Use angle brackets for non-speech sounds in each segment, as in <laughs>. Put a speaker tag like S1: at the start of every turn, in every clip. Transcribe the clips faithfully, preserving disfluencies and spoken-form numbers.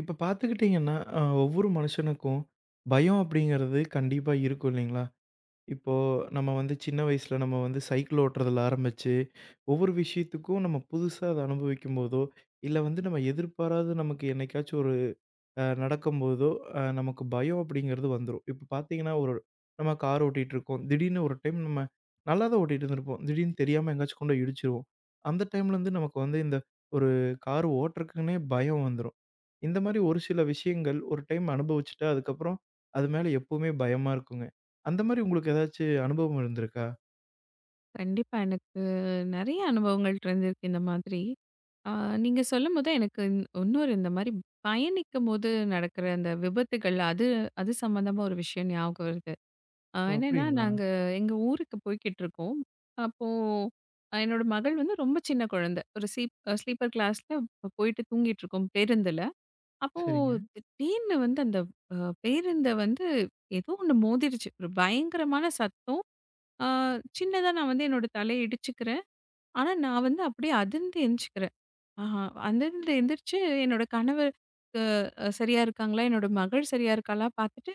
S1: இப்ப பார்த்துக்கிட்டீங்கன்னா, அ ஒவ்வொரு மனுஷனுக்கும் பயம் அப்படிங்கிறது கண்டிப்பா இருக்கும் இல்லைங்களா? இப்போ நம்ம வந்து சின்ன வயசுல நம்ம வந்து சைக்கிள் ஓட்டுறதுல ஆரம்பிச்சு, ஒவ்வொரு விஷயத்துக்கும் நம்ம புதுசா அத அனுபவிக்கும்போதோ, இல்ல வந்து நம்ம எதிர்பாராத நமக்கு என்னைக்காச்சும் ஒரு அ நடக்கும்போதோ, அ நமக்கு பயம் அப்படிங்கிறது வந்துரும். இப்ப பார்த்தீங்கன்னா, ஒரு நம்ம கார் ஓட்டிட்டுருக்கோம். திடீர்னு ஒரு டைம் நம்ம நல்லா தான் ஓட்டிட்டு இருந்திருப்போம். திடீர்னு தெரியாம எங்கேயாச்சும் கொண்டு போய் இடிச்சிருவோம். அந்த டைம்லேருந்து நமக்கு வந்து இந்த ஒரு கார் ஓட்டுறக்குன்னே பயம் வந்துரும். இந்த மாரி ஒரு சில விஷயங்கள் ஒரு டைம் அனுபவிச்சுட்டா, அதுக்கப்புறம் அது மேல எப்பவுமே பயமா இருக்குங்க. அந்த மாரி உங்களுக்கு ஏதாச்சு அனுபவம் இருந்திருக்கா?
S2: கண்டிப்பா. எனக்கு நெறைய அனுபவங்கள் இருந்திருக்கு இந்த மாதிரி. ஆ நீங்க சொல்லும்போது எனக்கு இன் இன்னொரு இந்த மாரி பயணிக்கும்போது நடக்கிற அந்த விபத்துகள், அது அது சம்மந்தமா ஒரு விஷயம் ஞாபகம் வருது. அ
S1: ஓ!
S2: என்னன்னா,
S1: அப்படிங்களா?
S2: நாங்க எங்க ஊருக்கு போய்க்கிட்டுருக்கோம். அப்போ அ என்னோட மகள் வந்து ரொம்ப சின்ன குழந்தை. ஒரு சீப் ஸ்லீப்பர் கிளாஸ்ல போயிட்டு தூங்கிட்டுருக்கோம் பேருந்துல. அப்போ
S1: சரிங்க.
S2: திடீர்னு வந்து அந்த அ பேருந்த வந்து ஏதோ ஒண்ணு மோதிருச்சு. ஒரு பயங்கரமான சத்தம். ஆ சின்னதா நான் வந்து என்னோட தலைய இடிச்சுக்கிறேன். ஆனா, நான் வந்து அப்படியே அதிர்ந்து எந்திச்சுக்கிறேன். ஆஹா, அதிர்ந்து எந்திரிச்சு என்னோட கணவர் க்கு அ சரியா இருக்காங்களா? என்னோட மகள் சரியா இருக்காளா? பார்த்துட்டு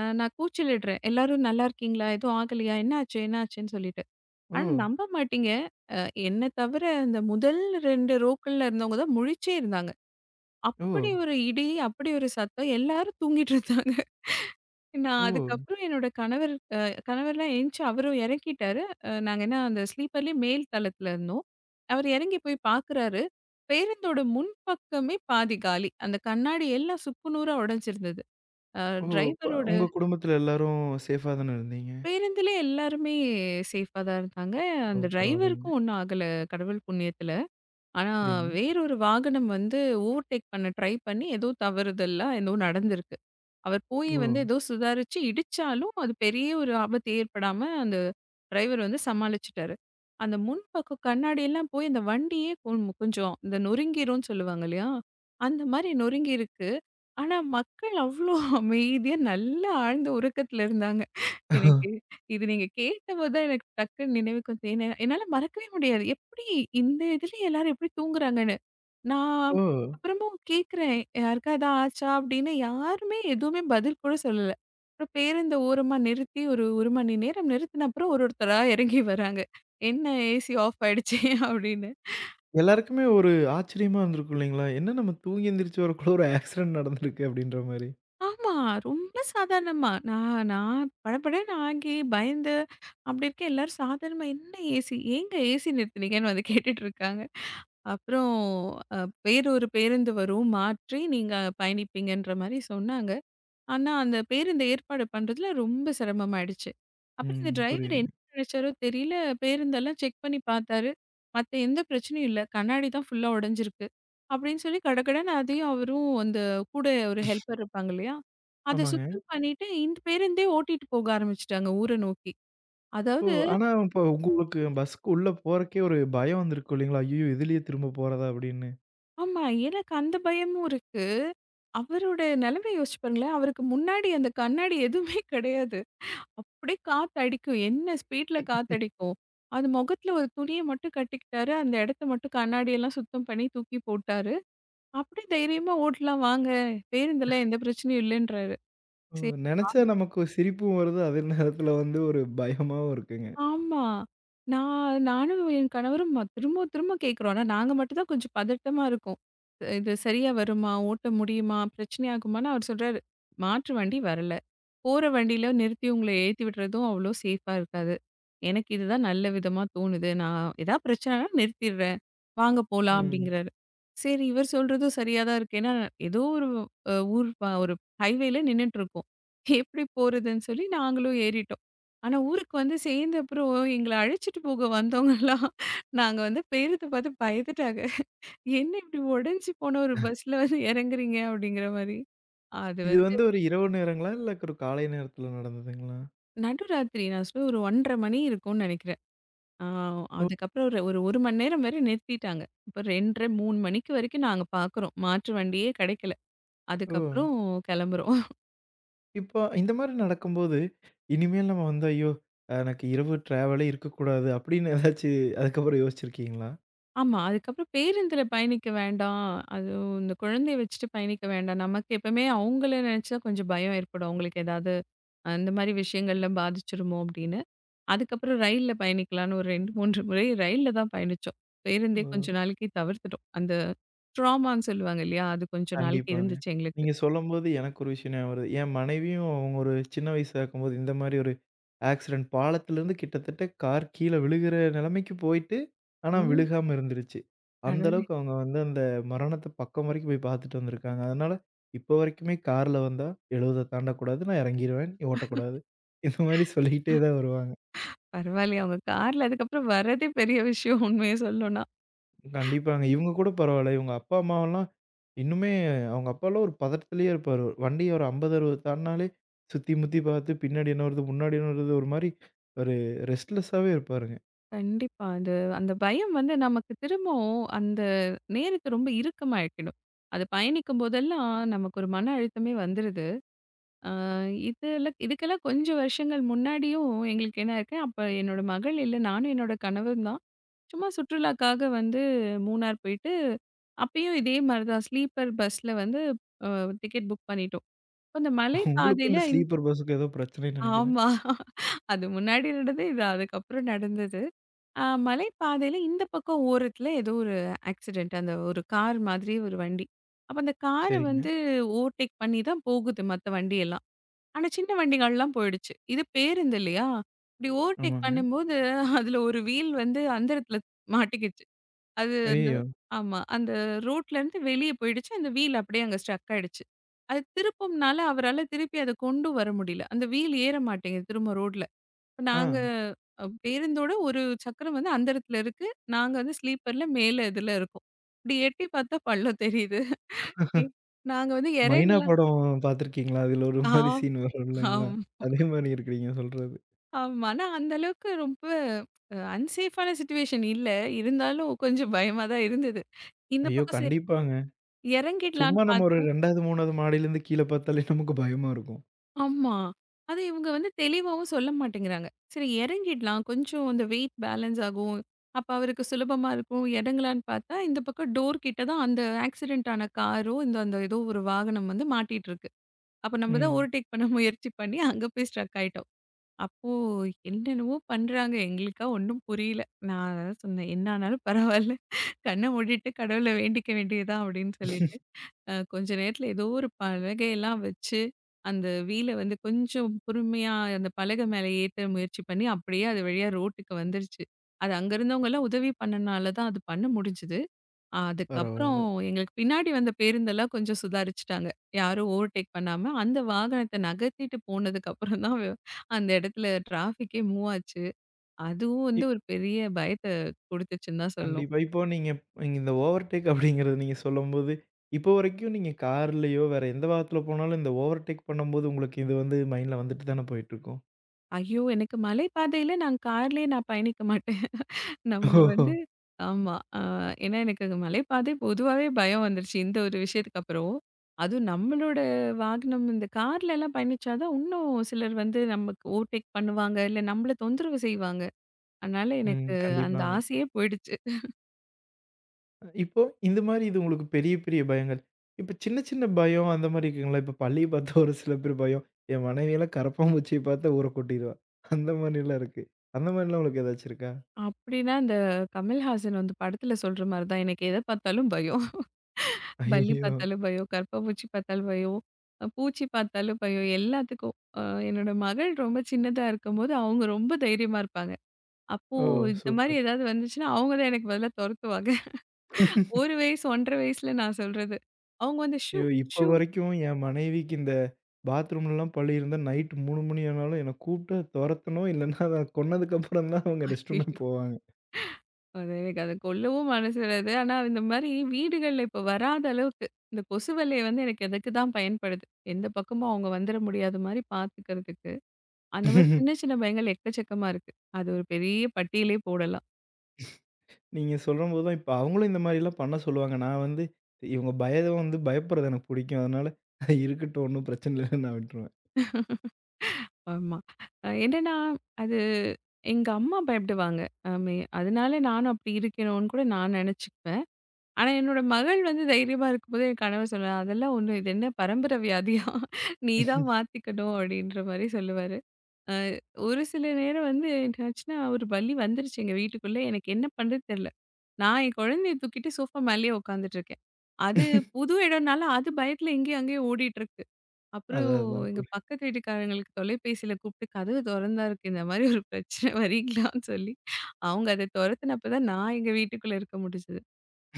S2: அ நான் கூச்சலிடுறேன். எல்லாரும் நல்லா இருக்கீங்களா? எதுவும் ஆகலையா? என்னாச்சு? என்னாச்சுன்னு சொல்லிட்டு.
S1: ஓ!
S2: ஆனா நம்ப மாட்டீங்க, அ என்ன தவிர அந்த முதல் ரெண்டு ரோக்கள்ல இருந்தவங்க தான் முழிச்சே இருந்தாங்க.
S1: ஓ!
S2: அப்படி ஒரு இடி, அப்படி ஒரு சத்தம். எல்லாரும் தூங்கிட்டு இருந்தாங்க.
S1: ஓ!
S2: நான் அதுக்கப்புறம் என்னோட கணவர் அ கணவர்லாம் எந்திச்சு அவரும் இறங்கிட்டாரு. அ நாங்க என்ன அந்த ஸ்லீப்பர்லயே மேல் தளத்துல இருந்தோம். அவரு இறங்கி போய் பார்க்குறாரு. பேருந்தோட முன்பக்கமே பாதி காலி. அந்த கண்ணாடி எல்லாம் சுக்கு நூறா உடைஞ்சிருந்தது. அ
S1: ஓ! ப
S2: டிரைவரோட
S1: உங்க குடும்பத்தில எல்லாரும் சேஃபா தானே இருந்தீங்க?
S2: பேருந்துலே எல்லாருமே சேஃபா தான் இருந்தாங்க.
S1: ஓ!
S2: அந்த
S1: பரவாயில்லைங்க.
S2: டிரைவருக்கும் ஒண்ணும் ஆகல கடவுள் புண்ணியத்துல. ஆனா
S1: சரிங்க.
S2: வேறொரு வாகனம் வந்து ஓவர்டேக் பண்ண ட்ரை பண்ணி ஏதோ தவறுதலா ஏதோ நடந்திருக்கு. அவர் போய்
S1: ஓ!
S2: வந்து ஏதோ சுதாரிச்சு இடிச்சாலும், அது பெரிய ஒரு ஆபத்து ஏற்படாம அந்த டிரைவர் வந்து சமாளிச்சுட்டாரு. அந்த முன்பக்கம் கண்ணாடியெல்லாம் போய் அந்த வண்டியே கொஞ் கொஞ்சம் இந்த நொறுங்கிரும்ன்னு சொல்லுவாங்க இல்லையா? அந்த மாரி நொறுங்கியிருக்கு. ஆனா, மக்கள் அவ்ளோ அமைதியா நல்ல ஆழ்ந்த உறக்கத்துல இருந்தாங்க. எனக்கு இது நீங்க கேட்டபோது தான் எனக்கு டக்குன்னு நினைவுக்கு வந்து ஏன்னா என்னால மறக்கவே முடியாது. எப்படி இந்த இதுல எல்லாரும் எப்படி தூங்குறாங்க?
S1: ஓ!
S2: நான் அப்புறமும் கேட்குறேன், "யாருக்கா எதா ஆச்சா?" அப்படின்னு யாருமே எதுவுமே பதில் கூட சொல்லல. அப்புறம் பேருந்த ஓரமா நிறுத்தி ஒரு 1 மணி நேரம் நிறுத்தின அப்புறம் ஒரு ஒருத்தரா இறங்கி வராங்க. "என்ன ஏசி ஆஃப் ஆயிடுச்சே" அப்படின்னு.
S1: எல்லாருக்குமே ஒரு ஆச்சரியமா இருந்திருக்கும் இல்லைங்களா? என்ன நம்ம தூங்கி எந்திரிச்சு வரக்குள்ள ஒரு ஆக்சிடென்ட் நடந்திருக்கு அப்படின்ற மாரி.
S2: ஆமா, ரொம்ப சாதாரணமா. நான் நான் படபடன்னு ஆகி பயந்து அப்படி இருக்கேன். எல்லாரும் சாதாரணமா, "என்ன ஏசி? ஏங்க ஏசி நிறுத்துனீங்கன்னு?" வந்து கேட்டுட்டு இருக்காங்க. அப்புறம் அ வேற ஒரு பேருந்து வரும், மாற்றி நீங்க பயணிப்பீங்கன்ற மாரி சொன்னாங்க. ஆனா, அந்த பேருந்து ஏற்பாடு பண்றதுல ரொம்ப சிரமமாயிடுச்சு. அப்புறம் இந்த
S1: ம்.
S2: டிரைவர்
S1: புரியுதுங்க.
S2: என்ன நினைச்சாரோ தெரியல, பேருந்தெல்லாம் செக் பண்ணி பார்த்தாரு. மத்த எந்த பிரச்சனையும் இல்ல. கண்ணாடி தான் ஃபுல்லா உடைஞ்சிருக்கு. அப்படின்னு சொல்லி கடகடன்னு அதையும் அவரும் அந்த கூட ஒரு ஹெல்ப்பர் இருப்பாங்க இல்லையா? அத
S1: ஆமாங்க.
S2: சுத்தம் பண்ணிட்டு, இந்த பேருந்தே ஓட்டிட்டு போக ஆரம்பிச்சுட்டாங்க ஊர நோக்கி.
S1: இப்போ
S2: அதாவது
S1: ஆனா இப்போ உங்களுக்கு பஸ்க்கு உள்ள போறக்கே ஒரு பயம் வந்திருக்கும் இல்லைங்களா? ஐய்யயோ! இதுலயே திரும்ப போறதா அப்படின்னு.
S2: ஆமா. எனக்கு அந்த பயமும் இருக்கு. அவரோட நிலைமைய யோசிச்சு பாருங்களேன். அவருக்கு முன்னாடி அந்த கண்ணாடி எதுவுமே கிடையாது. அப்படியே காத்தடிக்கும். என்ன ஸ்பீட்ல காத்தடிக்கும். அது முகத்துல ஒரு துணிய மட்டும் கட்டிக்கிட்டாரு. அந்த இடத்த மட்டும் கண்ணாடியெல்லாம் சுத்தம் பண்ணி தூக்கி போட்டாரு. அப்படி தைரியமா ஓட்டலாம் வாங்க. பேருந்துல எந்த பிரச்சனையும் இல்லன்றாரு.
S1: ஓ!
S2: சரி.
S1: நெனச்சா
S2: நானும்
S1: நமக்கு சிரிப்பும் வருது, அதே நேரத்துல வந்து ஒரு பயமாவும் இருக்குங்க.
S2: ஆமா. நான் நானும் என் கணவரும் ம திரும்ப திரும்ப கேட்குறோம். ஆனா நாங்க மட்டும் தான் கொஞ்சம் பதட்டமா இருக்கோம். "இது சரியா வருமா? ஓட்ட முடியுமா? பிரச்சனை ஆகுமான்னு?" அவர் சொல்றாரு. "மாற்று வண்டி வரல." போற வண்டியில நிறுத்தி உங்கள ஏத்தி விடுறதும் அவ்வளோ சேஃபா இருக்காது. எனக்கு இதுதான் நல்ல விதமா தோணுது. நான் ஏதா பிரச்சனைனா நிறுத்திடுறேன். வாங்க போலாம்
S1: ம்.
S2: அப்படிங்கிறாரு. சரி இவர் சொல்றதும் சரியா தான் இருக்கு. ஏன்னா ஏதோ ஒரு அ ஊர் ப ஒரு ஹைவேல நின்னுட்டு இருக்கோம். எப்படி போறதுன்னு சொல்லி நாங்களும் ஏறிட்டோம். ஆனா ஊருக்கு வந்து சேர்ந்த அப்புறம் எங்கள அழைச்சிட்டு போக வந்தவங்கலாம் நாங்க வந்து பேரத்த பார்த்து பயந்துட்டாங்க. என்ன இப்படி உடைஞ்சு போன ஒரு பஸ்ல வந்து இறங்குறீங்க அப்படிங்கிற மாரி. அது
S1: இது
S2: வந்து
S1: வந்து ஒரு இரவு நேரங்களா? இல்ல ஒரு காலை நேரத்துல நடந்ததுங்களா?
S2: நடுராத்திரி நான் சொல்ல ஒரு ஒன்றரை மணி இருக்கும்னு நெனைக்கிறேன். ஆ
S1: ஓ!
S2: அதுக்கப்புறம் ஒரு ஒரு 1 மணி நேரம் வரை நிறுத்திட்டாங்க. இப்ப ரெண்டு முப்பது, மூணு மணிக்கு வரைக்கும் நாங்க பார்க்குறோம். மாற்று வண்டியே கெடைக்கல.
S1: ஓ!
S2: அதுக்கப்புறம் கெளம்புறோம்.
S1: இப்போ இந்த மாரி நடக்கும்போது, இனிமேல் நம்ம வந்து ஐயோ! எனக்கு இரவு ட்ராவலே இருக்கக்கூடாது அப்படின்னு ஏதாச்சு அதுக்கப்புறம் யோசிச்சிருக்கீங்களா?
S2: ஆமா. அதுக்கப்புறம் பேருந்துல பயணிக்க வேண்டாம். அதுவும் இந்த குழந்தைய வச்சுட்டு பயணிக்க வேண்டாம். நமக்கு எப்பவுமே அவங்கள நெனச்சா கொஞ்சம் பயம் ஏற்படும். அவங்களுக்கு ஏதாவது அந்த மாரி விஷயங்கள்ல பாதிச்சுருமோ அப்படின்னு. அதுக்கப்புறம் ரயில்ல பயணிக்கலான்னு ஒரு ரெண்டு, மூன்று முறை ரயில்ல தான் பயணிச்சோம். பேருந்தே
S1: ஓ!
S2: கொஞ்ச நாளைக்கு தவிர்த்துட்டோம். அந்த ட்ராமான்னு சொல்லுவாங்க இல்லையா? அது கொஞ்ச நாளைக்கு
S1: கண்டிப்பாங்க.
S2: இருந்துச்சு எங்களுக்கு.
S1: நீங்க சொல்லும்போது எனக்கு ஒரு விஷயம் ஞாபகம் வருது. என் மனைவியும் அவங்க ஒரு சின்ன வயசா இருக்கும்போது இந்த மாரி ஒரு ஆக்சிடென்ட் பாலத்திலிருந்து கிட்டத்தட்ட கார் கீழ விழுகிற நிலைமைக்கு போயிட்டு, ஆனா
S2: ம்.
S1: விழுகாம இருந்துருச்சு. அந்த
S2: கடவுளே!
S1: அளவுக்கு அவங்க வந்து அந்த மரணத்த பக்கம் வரைக்கும் போய் பார்த்துட்டு வந்திருக்காங்க. அதனால இப்போ வரைக்குமே கார்ல வந்தா எழுபது தாண்டக்கூடாது, நான் இறங்கிருவேன், நீ ஓட்டக்கூடாது. இந்த மாரி சொல்லிக்கிட்டே தான் வருவாங்க.
S2: பரவாயில்லையே அவங்க கார்ல அதுக்கப்புறம் வர்றதே பெரிய விஷயம் உண்மைய சொல்லணும்னா.
S1: கண்டிப்பாங்க. இவங்க கூட பரவால்ல. இவங்க அப்பா, அம்மாவெல்லாம் இன்னுமே அவங்க அப்பாலாம் ஒரு பதட்டத்திலேயே இருப்பாரு. வண்டி ஒரு ஐம்பது, அறுபது தாண்டுனாலே சுத்தி முத்தி பார்த்து பின்னாடி என்ன வருது, முன்னாடி என்ன வருது ஒரு மாரி ஒரு ரெஸ்ட்லெஸ்ஸாவே இருப்பாருங்க.
S2: கண்டிப்பா. அது அந்த பயம் வந்து நமக்கு திரும்பவும் அந்த நேரத்த ரொம்ப இறுக்கமாக்கிடும். அது பயணிக்கும் போதெல்லாம் நமக்கு ஒரு மன அழுத்தமே வந்துருது. ஆ இதுல இதுக்கெல்லாம் கொஞ்சம் வருஷங்கள் முன்னாடியும் எங்களுக்கு என்ன இருக்கு, அப்ப என்னோட மகள் இல்ல. நானும் என்னோட கணவரும் தான். சும்மா சுற்றுலாக்காக வந்து மூணார் போயிட்டு, அப்பயும் இதே மாரி தான் ஸ்லீப்பர் பஸ்ல வந்து அ டிக்கெட் புக் பண்ணிட்டோம். அப்ப அந்த மலை
S1: உங்களுக்கும்
S2: பாதையில
S1: இந்த
S2: இன்
S1: ஸ்லீப்பர் பஸ்ஸுக்கும் ஏதோ பிரச்சனைன்னு நெனைக்கிறேன்.
S2: ஆமா. அது முன்னாடி நடந்தது, இது அதுக்கப்புறம் நடந்தது. அ மலை பாதையில இந்த பக்கம் ஓரத்தில ஏதோ ஒரு ஆக்சிடென்ட். அந்த ஒரு கார் மாதிரி ஒரு வண்டி. அப்ப அந்த கார
S1: சரிங்க.
S2: வந்து ஓவர்டேக் பண்ணி தான் போகுது மத்த வண்டியெல்லாம். ஆனா, சின்ன வண்டிகள்லாம் போயிடுச்சு. இது பேருந்து இல்லையா? இப்டி ஓவர்டேக்
S1: ஆமாங்க.
S2: பண்ணும்போது, அதுல ஒரு வீல் வந்து அந்தரத்தில மாட்டிக்கிச்சு. அது அந்த
S1: ஐயய்யோ!
S2: ஆமா. அந்த ரோட்லருந்து வெளிய போயிடுச்சு. அந்த வீல் அப்படியே அங்க ஸ்டக் ஆயிடுச்சு. அது திருப்பும்னால அவரால திருப்பி அத கொண்டு வர முடியல. அந்த வீல் ஏற மாட்டேங்குது திரும்ப ரோட்ல. இப்ப
S1: ஆ
S2: நாங்க அ பேருந்தோட ஒரு சக்கரம் வந்து அந்த இடத்துல இருக்கு. நாங்க வந்து ஸ்லீப்பர்ல மேல இதுல இருக்கோம். இப்படி எட்டி பார்த்தா பள்ளம் தெரியுது. எ நாங்க வந்து
S1: மைனா
S2: இறங்கலாம்.
S1: படம் பார்த்துருக்கீங்களா? அதில ஒரு
S2: ஆ
S1: மாரி சீன் வரும் இல்லைங்களா?
S2: ஆம்
S1: அதே மாரி இருக்கிறீங்க சொல்றது.
S2: ஆமா. ஆனா அந்த அளவுக்கு ரொம்ப அ அன்சேஃபான சிச்சுவேஷன் இல்ல. இருந்தாலும் கொஞ்சம் பயமா தான் இருந்தது. இந்த
S1: ஐயோ!
S2: பக்கம் சரி
S1: கண்டிப்பாங்க.
S2: இறங்கிடலான்னு
S1: சும்மா நம்ம ஒரு
S2: பார்த்தா
S1: ரெண்டாவது, மூணாவது மாடியிலேருந்து கீழ பார்த்தாலே நமக்கு பயமா இருக்கும்.
S2: ஆமா. அது இவங்க வந்து தெளிவாவும் சொல்ல மாட்டேங்கிறாங்க. சரி இறங்கிடலாம். கொஞ்சம் அந்த வெயிட் பேலன்ஸ் ஆகும். அப்ப அவருக்கு சுலபமா இருக்கும். இறங்கலான்னு பார்த்தா, இந்த பக்கம் டோர் கிட்ட தான் அந்த ஆக்சிடென்ட் ஆன காரோ, இந்த அந்த ஏதோ ஒரு வாகனம் வந்து மாட்டிட்டு இருக்கு. அப்ப நம்ம தான்
S1: ம்.
S2: ஓவர்டேக் பண்ண முயற்சி பண்ணி அங்க போய் ஸ்ட்ரக் ஆயிட்டோம். அப்போ என்னென்னவோ பண்றாங்க. எங்களுக்கா ஒண்ணும் புரியல. நான் அதான் சொன்னேன். என்ன ஆனாலும் பரவால்ல. கண்ண மூடிட்டு கடவுள வேண்டிக்க வேண்டியது தான் அப்படின்னு சொல்லிட்டு. அ கொஞ்ச நேரத்துல ஏதோ ஒரு பலகையெல்லாம் வச்சு, அந்த வீல வந்து கொஞ்சம் பொறுமையா அந்த பலகை மேல ஏத்த முயற்சி பண்ணி, அப்படியே அது வழியா ரோட்டுக்கு வந்துருச்சு. அது அங்க இருந்தவங்கலாம் உதவி பண்ணனால தான் அது பண்ண முடிஞ்சது. அதுக்கப்புறம்
S1: பரவால்ல.
S2: எங்களுக்கு பின்னாடி வந்த பேருந்தெல்லாம் கொஞ்சம் சுதாரிச்சுட்டாங்க. யாரும் ஓவர்டேக் பண்ணாம, அந்த வாகனத்த நகர்த்திட்டு போனதுக்கப்புறம் தான் வ- அந்த இடத்துல டிராஃபிக்கே மூவ் ஆச்சு. அதுவும் வந்து ஒரு பெரிய பயத்த குடுத்துச்சுன்னு தான் சொல்லணும்.
S1: கண்டிப்பா. இப்போ நீங்க நீங்க இந்த ஓவர்டேக் அப்படிங்கிறது நீங்க சொல்லும்போது, இப்போ வரைக்கும் நீங்க கார்லயோ, வேற எந்த வாகனத்துல போனாலும் இந்த ஓவர்டேக் பண்ணும்போது உங்களுக்கு இது வந்து மைண்ட்ல வந்துட்டு தானே போயிட்டுருக்கும்.
S2: ஐயோ! எனக்கு மலை பாதையில நான் கார்லயே நான் பயணிக்க மாட்டேன். நம்ம
S1: ஓஹோ!
S2: வந்து ஆமா. அ ஏன்னா எனக்கு அங்க மலைப்பாதை பொதுவாவே பயம் வந்துருச்சு. இந்த ஒரு விஷயத்துக்கு அப்புறம். அதுவும் நம்மளோட வாகனம் இந்த கார்லலாம் பயணிச்சா தான் இன்னும் சிலர் வந்து நமக்கு ஓவர்டேக் பண்ணுவாங்க. இல்ல நம்மள தொந்தரவு செய்வாங்க. அதனால
S1: ம்.
S2: எனக்கு அந்த
S1: கண்டிப்பாங்க.
S2: ஆசையே போயிடுச்சு.
S1: இப்போ இந்த மாரி இது உங்களுக்கு பெரிய, பெரிய பயங்கள். இப்ப சின்ன, சின்ன பயம் அந்த மாரி இருக்குங்களா? இப்ப பல்லிய பார்த்தா ஒரு சில பேர் பயம். என் மனைவியெல்லாம் கரப்பான்பூச்சிய பார்த்தா ஊர கொட்டிருவா. அந்த மாரிலாம் இருக்கு. அந்த மாரிலாம் உங்களுக்கு ஏதாச்சும் இருக்கா?
S2: அப்டின்னா அந்த கமல்ஹாசன் வந்து படத்துல சொல்ற மாரி தான் எனக்கு எத பார்த்தாலும் பயம். பல்லி
S1: ஐயய்யோ!
S2: பார்த்தாலும் பயம், கர்ப்பப்பூச்சி பார்த்தாலும் பயம், அ பூச்சி பார்த்தாலும் பயம் எல்லாத்துக்கும். அ என்னோட மகள் ரொம்ப சின்னதா இருக்கும்போது அவங்க ரொம்ப தைரியமா இருப்பாங்க. அப்போ
S1: ஓ!
S2: இந்த மாரி
S1: சூப்பர்.
S2: ஏதாவது வந்துச்சுன்னா, அவங்க தான் எனக்கு பதிலா தொரத்துவாங்க. ஒரு வயசு, ஒரு அரை வயசுல நான் சொல்றது. அவங்க வந்து ஷூ,
S1: ஐயோ! இப்ப
S2: ஷூ
S1: வரைக்கும் என் மனைவிக்கு இந்த பாத்ரூம்லலாம் பல்லு இருந்தா, நைட் மூணு மணி ஆனாலும் என்ன கூப்பிட்டு தொரத்தணும். இல்லன்னா அத கொன்னதுக்கப்புறம் தான் அவங்க ரெஸ்ட் ரூமே
S2: ஐயயோ!
S1: போவாங்க.
S2: அது எனக்கு அத கொல்லவும் மனசு வராது. ஆனா, இந்த மாரி வீடுகள்ல இப்ப வராத அளவுக்கு, இந்த கொசு வலைய வந்து எனக்கு அதுக்கு தான் பயன்படுது. எந்த பக்கமும் அவங்க வந்துர முடியாத மாரி பாத்துக்கிறதுக்கு. அந்த மாரி சின்ன சின்ன பயங்கள் எக்கச்சக்கமா இருக்கு. அது ஒரு பெரிய பட்டியலே போடலாம்.
S1: நீங்க சொல்லும்போது தான் இப்ப அவங்களும் இந்த மாரிலாம் பண்ண சொல்லுவாங்க. நான் வந்து இவங்க பயம் வந்து பயப்படுறது எனக்கு புடிக்கும். அதனால இருக்கட்டும் ஒண்ணும் பிரச்சனை இல்லன்னு நான் விட்டுருவேன்.
S2: ஆமா. அ என்னன்னா, அது எங்க அம்மா பயப்படுவாங்க. அ மே அதனால நானும் அப்படி இருக்கணும்னு கூட நான் நெனச்சுக்குவேன். ஆனா, என்னோட மகள் வந்து தைரியமா இருக்கும்போது, என் கணவர் சொல்லுவாரு, "அதெல்லாம் ஒண்ணும் இது என்ன பரம்பரை வியாதியா? நீ தான் மாத்திக்கணும்." அப்படின்ற மாரி சொல்லுவாரு. அ ஒரு சில நேரம் வந்து என்னாச்சுன்னா, ஒரு வலி வந்துருச்சு எங்க வீட்டுக்குள்ள. எனக்கு என்ன பண்றதுன்னு தெரியல. நான் என் குழந்தைய தூக்கிட்டு சோஃபா மேலயே உட்காந்துட்டு இருக்கேன். அது புது இடம்னால, அது பயத்துல இங்கேயும் அங்கேயும் ஓடிட்டு இருக்கு. அப்புறம்
S1: அதான் அதான்.
S2: எங்க
S1: புரி
S2: பக்கத்து வீட்டுக்காரங்களுக்கு தொலைபேசியில கூப்பிட்டு, "கதவு தொறந்தா இருக்கு. இந்த மாரி ஒரு பிரச்சனை வரீங்களான்னு" சொல்லி, அவங்க அத தொரத்துனப்ப தான் நான் எங்க வீட்டுக்குள்ள இருக்க முடிஞ்சது.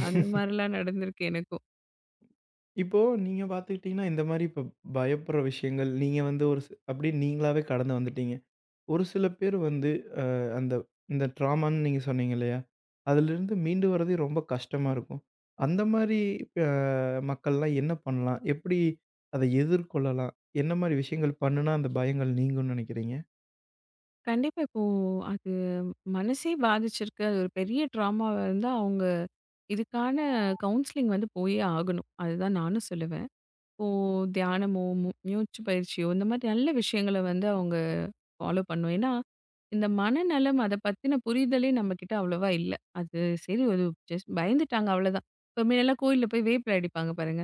S2: அந்த மாரிலாம் நடந்திருக்கு எனக்கும்.
S1: இப்போ நீங்க பாத்துக்கிட்டீங்கன்னா, இந்த மாரி இப்ப பயப்படுற விஷயங்கள், நீங்க வந்து ஒரு ஸ் அப்டியே நீங்களாவே கடந்து வந்துட்டீங்க. ஒரு சில பேர் வந்து அ அந்த இந்த ட்ராமான்னு நீங்க சொன்னீங்க இல்லையா? அதிலிருந்து மீண்டு வரதே ரொம்ப கஷ்டமா இருக்கும். அந்த மாரி அ மக்கள்லாம் என்ன பண்ணலாம்? எப்படி அத எதிர்கொள்ளலாம்? என்ன மாரி விஷயங்கள் பண்ணுனா அந்த பயங்கள் நீங்கும்னு நெனைக்கிறீங்க?
S2: கண்டிப்பா இப்போ அது மனசே பாதிச்சிருக்கு. அது ஒரு பெரிய ட்ராமாவா இருந்தா, அவங்க இதுக்கான கவுன்சிலிங் வந்து போயே ஆகணும். அதுதான் நானும் சொல்லுவேன். இப்போ தியானமோ, மூ மூச்சு பயிற்சியோ இந்த மாரி நல்ல விஷயங்கள வந்து அவங்க ஃபாலோ பண்ணணும். ஏன்னா, இந்த மனநலம் அத பத்தின புரிதலே நம்மகிட்ட அவ்வளவா இல்ல. அது சரி ஒரு ஜஸ்ட் பயந்துட்டாங்க அவ்வளதான். இப்ப முன்னலாம் கோயில்ல போய் வேப்பில அடிப்பாங்க பாருங்க.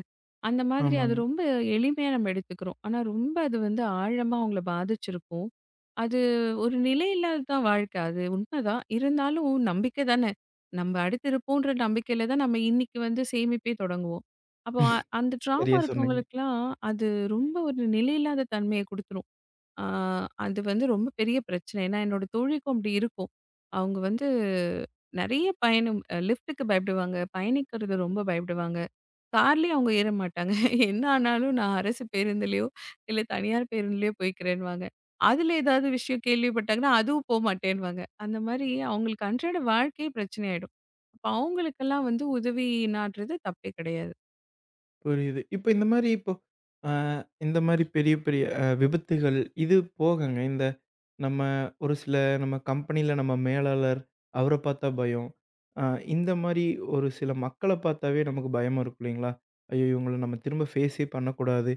S2: அந்த மாதிரி அது
S1: ஆமாங்க.
S2: ரொம்ப எளிமையா நம்ம எடுத்துக்கிறோம். ஆனா ரொம்ப அது வந்து ஆழமா அவங்கள பாதிச்சிருக்கும். அது ஒரு நிலை இல்லாததான் வாழ்க்கை. அது உண்மதான். இருந்தாலும் நம்பிக்கை தானே. நம்ம அடுத்திருப்போன்ற நம்பிக்கையில தான் நம்ம இன்னைக்கு வந்து சேமிப்பே தொடங்குவோம். அப்போ அ அந்த ட்ராமா
S1: சரியா சொன்னீங்க.
S2: இருக்கவங்களுக்குலாம் அது ரொம்ப ஒரு நிலையில்லாத தன்மைய குடுத்துரும். ஆ அது வந்து ரொம்ப பெரிய பிரச்சனை. ஏன்னா என்னோட தோழிக்கும் அப்படி இருக்கும். அவங்க வந்து நெறைய பயணம் அ லிஃப்ட்டுக்கு பயப்படுவாங்க. பயணிக்கிறது ரொம்ப பயப்படுவாங்க. கார்லயே அவங்க ஏற மாட்டாங்க. <laughs> என்ன ஆனாலும் நான் அரசு பேருந்துலயோ, இல்ல தனியார் பேருந்துலயோ போய்க்கிறேன்னுவாங்க. அதுல ஏதாவது விஷயம் கேள்விப்பட்டாங்கன்னா, அதுவும் போமாட்டேன்னுவாங்க. அந்த மாரி அவங்களுக்கு அன்றாட வாழ்க்கையே பிரச்சனை ஆயிடும். அப்ப அவங்களுக்கெல்லாம் வந்து உதவி நாடுறது தப்பே கிடையாது.
S1: புரியுது. இப்ப இந்த மாரி இப்போ அ இந்த மாரி பெரிய, பெரிய அ விபத்துகள் இது போகங்க. இந்த நம்ம ஒரு சில நம்ம கம்பெனில நம்ம மேலாளர், அவர பார்த்தா பயம். அ இந்த மாரி ஒரு சில மக்கள பார்த்தாவே நமக்கு பயமா இருக்கும் இல்லைங்களா? ஐயோ! இவங்கள நம்ம திரும்ப ஃபேஸே பண்ணக்கூடாது.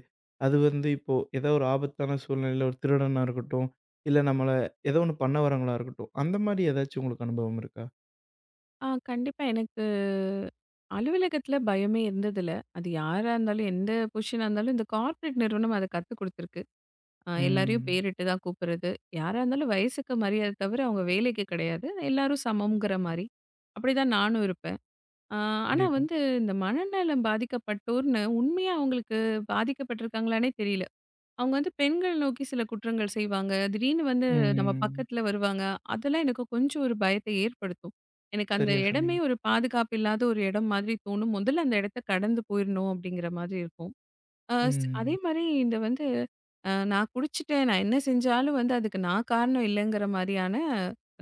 S1: அது வந்து இப்போ ஏதோ ஒரு ஆபத்தான சூழ்நிலையில ஒரு திருடனா இருக்கட்டும், இல்ல நம்மள ஏதோ ஒண்ணு பண்ண வர்றவங்களா இருக்கட்டும். அந்த மாரி ஏதாச்சும் உங்களுக்கு அனுபவம் இருக்கா?
S2: ஆ கண்டிப்பா எனக்கு அலுவலகத்துல பயமே இருந்ததில்ல. அது யாரா இருந்தாலும், எந்த பொசிஷனா இருந்தாலும் இந்த கார்ப்பரேட் நிறுவனம் அத கத்துக் குடுத்துருக்கு. அ எல்லாரையும்
S1: ம்.
S2: பேரிட்டு தான் கூப்பிடுறது. யாரா இருந்தாலும் வயசுக்கு மரியாதை தவிர, அவங்க வேலைக்கு கிடையாது. எல்லாரும் சமம்ங்கிற மாரி. அப்படிதான் நானும் இருப்பேன். அ ஆனா
S1: கண்டிப்பா.
S2: வந்து இந்த மனநலம் பாதிக்கப்பட்டோர்ன்னு உண்மையா அவங்களுக்கு பாதிக்கப்பட்டிருக்காங்களான்னே தெரியல. அவங்க வந்து பெண்கள் நோக்கி சில குற்றங்கள் செய்வாங்க. திடீர்னு வந்து நம்ம
S1: ம்.
S2: பக்கத்துல வருவாங்க. அதெல்லாம் எனக்கு கொஞ்சம் ஒரு பயத்தை ஏற்படுத்தும். எனக்கு அந்த
S1: சரியா
S2: இடமே
S1: சொன்னீங்க.
S2: ஒரு பாதுகாப்பு இல்லாத ஒரு இடம் மாதிரி தோணும். முதல்ல அந்த இடத்த கடந்து போயிரணும் அப்படிங்கிற மாதிரி இருக்கும். அ ஸ் அதே
S1: ம்.
S2: மாரி இந்த வந்து அ நான் குடிச்சுட்டேன், நான் என்ன செஞ்சாலும் வந்து அதுக்கு நான் காரணம் இல்லைங்கிற மாரியான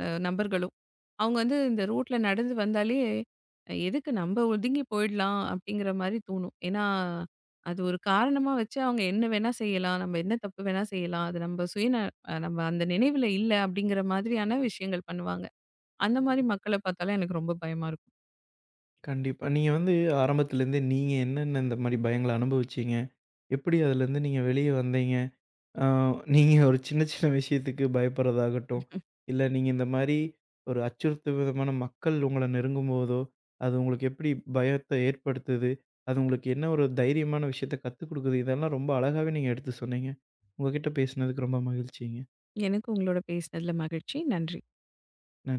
S2: அ நபர்களும். அவங்க வந்து இந்த ரோட்ல நடந்து வந்தாலே, அஹ், எதுக்கு நம்ம ஒதுங்கி போயிடலாம் அப்படிங்கிற மாரி தோணும். ஏன்னா, அது ஒரு காரணமா வச்சு அவங்க என்ன வேணா செய்யலாம், நம்ம என்ன தப்பு வேணா செய்யலாம். அது நம்ம சுயந அ நம்ம அந்த நினைவுல இல்ல அப்படிங்கிற மாதிரியான விஷயங்கள் பண்ணுவாங்க. அந்த மாரி மக்கள பார்த்தாலே எனக்கு ரொம்ப பயமா இருக்கும்.
S1: கண்டிப்பா. நீங்க வந்து ஆரம்பத்துலேருந்தே நீங்க என்னென்ன இந்த மாரி பயங்கள அனுபவிச்சீங்க? எப்படி அதுலேருந்து நீங்க வெளிய வந்தீங்க? அ நீங்க ஒரு சின்ன சின்ன விஷயத்துக்கு பயப்படுறதாகட்டும், இல்ல நீங்க இந்த மாரி ஒரு அச்சுறுத்தும் விதமான மக்கள் உங்கள நெருங்கும்போதோ, அது உங்களுக்கு எப்படி பயத்த ஏற்படுத்துது? அது உங்களுக்கு என்ன ஒரு தைரியமான விஷயத்த கத்துக் குடுக்குது? இதெல்லாம் ரொம்ப அழகாவே நீங்க எடுத்து சொன்னீங்க. உங்ககிட்ட பேசினதுக்கு ரொம்ப மகிழ்ச்சிங்க.
S2: எனக்கு உங்களோட பேசினதுல மகிழ்ச்சி. நன்றி.
S1: நன்றி.